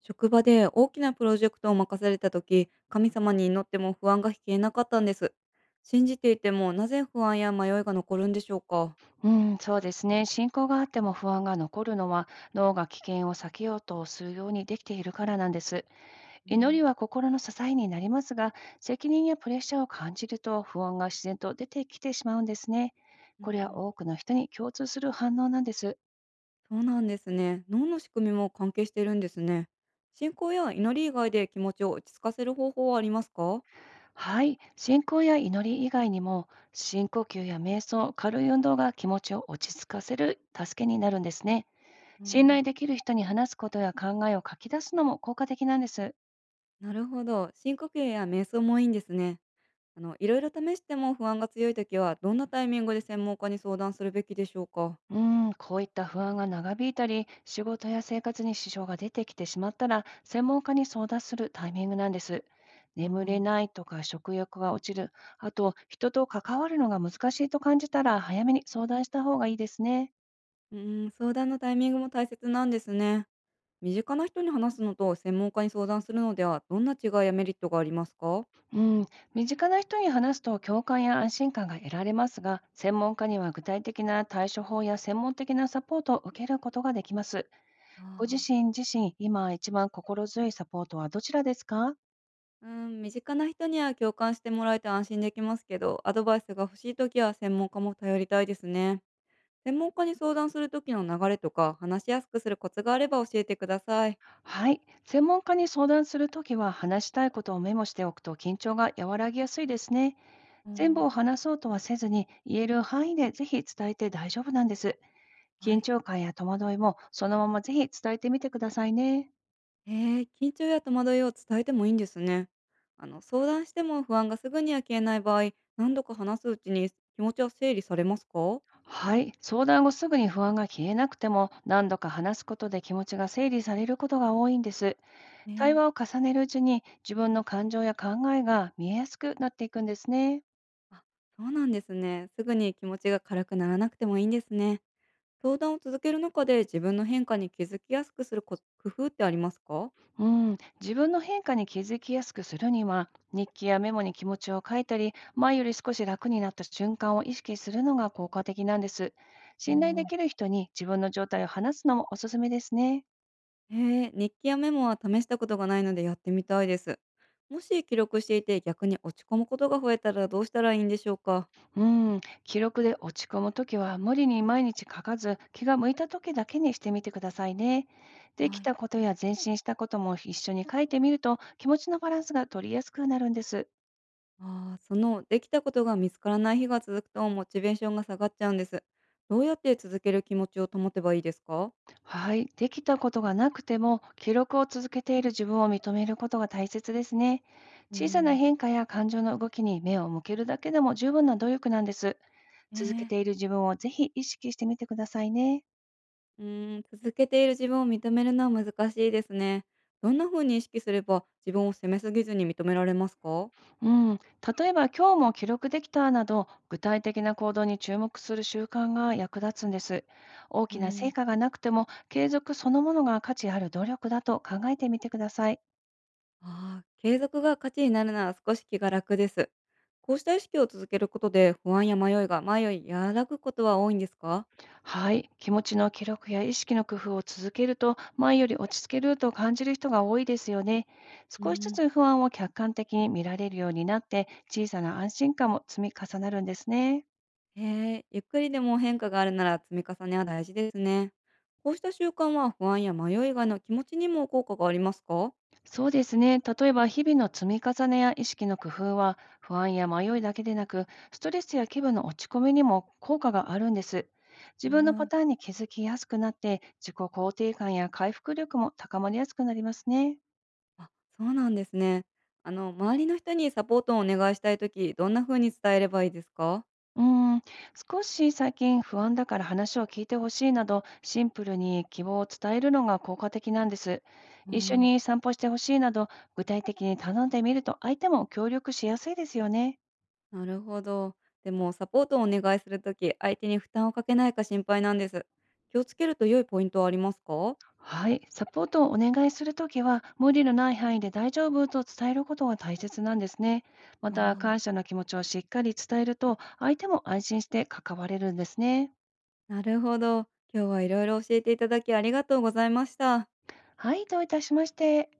職場で大きなプロジェクトを任された時、神様に祈っても不安が消えなかったんです。信じていても、なぜ不安や迷いが残るんでしょうか？うん、そうですね。進行があっても不安が残るのは脳が危険を避けようとするようにできているからなんです。祈ね。りは心の支えになりますが、責任やプレッシャーを感じると不安が自然と出てきてしまうんですね。うこれはん、多くの人に共通する反応なんです。そうなんですね。脳の仕組みも関係してるんですね。信仰や祈り以外で気持ちを落ち着かせる方法はありますか？はい。信仰や祈り以外にも、深呼吸や瞑想、軽い運動が気持ちを落ち着かせる助けになるんですね。あ信ー。頼できる人に話すことや考えを書き出すのも効果的なんです。なるほど、深呼吸や瞑想もいいんですね。いろいろ試しても不安が強い時、はどんなタイミングで専門家に相談するべきでしょうか？うーん、こういった不安が長引いたり、仕事や生活に支障が出てきてしまったら、専門家に相談するタイミングなんです。あ眠れー。ないとか食欲が落ちる、あと人と関わるのが難しいと感じたら、早めに相談した方がいいですね。うーん、相談のタイミングも大切なんですね。身近な人に話すのと専門家に相談するのでは、どんな違いやメリットがありますか？うん、身近な人に話すと共感や安心感が得られますが、専門家には具体的な対処法や専門的なサポートを受けることができます。あご自ー。身自身、今一番心強いサポートはどちらですか？うーん、身近な人には共感してもらえて安心できますけど、アドバイスが欲しいときは専門家も頼りたいですね。専門家に相談するときの流れとか、話しやすくするコツがあれば教えてください。はい。専門家に相談するときは、話したいことをメモしておくと緊張が和らぎやすいですね。あ、お全部ー。を話そうとはせずに、言える範囲でぜひ伝えて大丈夫なんです。は緊い。張感や戸惑いも、そのままぜひ伝えてみてくださいね。へえ、緊張や戸惑いを伝えてもいいんですね。相談しても不安がすぐには消えない場合、何度か話すうちに気持ちは整理されますか？はい。相談後すぐに不安が消えなくても、何度か話すことで気持ちが整理されることが多いんです。対ね。話を重ねるうちに、自分の感情や考えが見えやすくなっていくんですね。あ、そうなんですね。すぐに気持ちが軽くならなくてもいいんですね。相談を続ける中で自分の変化に気づきやすくする工夫ってありますか？うん、自分の変化に気づきやすくするには、日記やメモに気持ちを書いたり、前より少し楽になった瞬間を意識するのが効果的なんです。あ、お信頼でー。きる人に自分の状態を話すのもおすすめですね。へえ、日記やメモは試したことがないのでやってみたいです。もし記録していて逆に落ち込むことが増えたらどうしたらいいんでしょうか？うん、記録で落ち込むときは無理に毎日書かず、気が向いたときだけにしてみてくださいね。できはい。たことや前進したことも一緒に書いてみると、気持ちのバランスが取りやすくなるんです。ああ、そのできたことが見つからない日が続くとモチベーションが下がっちゃうんです。どうやって続ける気持ちを保てばいいですか？はい、できたことがなくても記録を続けている自分を認めることが大切ですね。う小さなん、変化や感情の動きに目を向けるだけでも十分な努力なんです。続けねていえ。る自分をぜひ意識してみてくださいね。うーん、続けている自分を認めるのは難しいですね。どんな風に意識すれば自分を責めすぎずに認められますか？うん、例えば今日も記録できたなど具体的な行動に注目する習慣が役立つんです。大うきなん、成果がなくても継続そのものが価値ある努力だと考えてみてください。ああ、継続が価値になるなら少し気が楽です。こうした意識を続けることで不安や迷いが前より和らぐことは多いんですか？はい、気持ちの記録や意識の工夫を続けると、前より落ち着けると感じる人が多いですよね。う少しずん。つ不安を客観的に見られるようになって、小さな安心感も積み重なるんですね。へえ、ゆっくりでも変化があるなら積み重ねは大事ですね。こうした習慣は不安や迷いがの気持ちにも効果がありますか？そうですね。例えば、日々の積み重ねや意識の工夫は、不安や迷いだけでなく、ストレスや気分の落ち込みにも効果があるんです。へ自分のパん、ターンに気づきやすくなって、自己肯定感や回復力も高まりやすくなりますね。あ、そうなんですね。周りの人にサポートをお願いしたいとき、どんな風に伝えればいいですか？うーん、少し最近不安だから話を聞いてほしいなど、シンプルに希望を伝えるのが効果的なんです。あ、一緒ー、に散歩してほしいなど、具体的に頼んでみると相手も協力しやすいですよね。なるほど。でも、サポートをお願いするとき、相手に負担をかけないか心配なんです。気をつけると良いポイントはありますか？はい、サポートをお願いするときは、無理のない範囲で大丈夫と伝えることが大切なんですね。まあた、ー。感謝の気持ちをしっかり伝えると、相手も安心して関われるんですね。なるほど。今日はいろいろ教えていただきありがとうございました。はい、どういたしまして。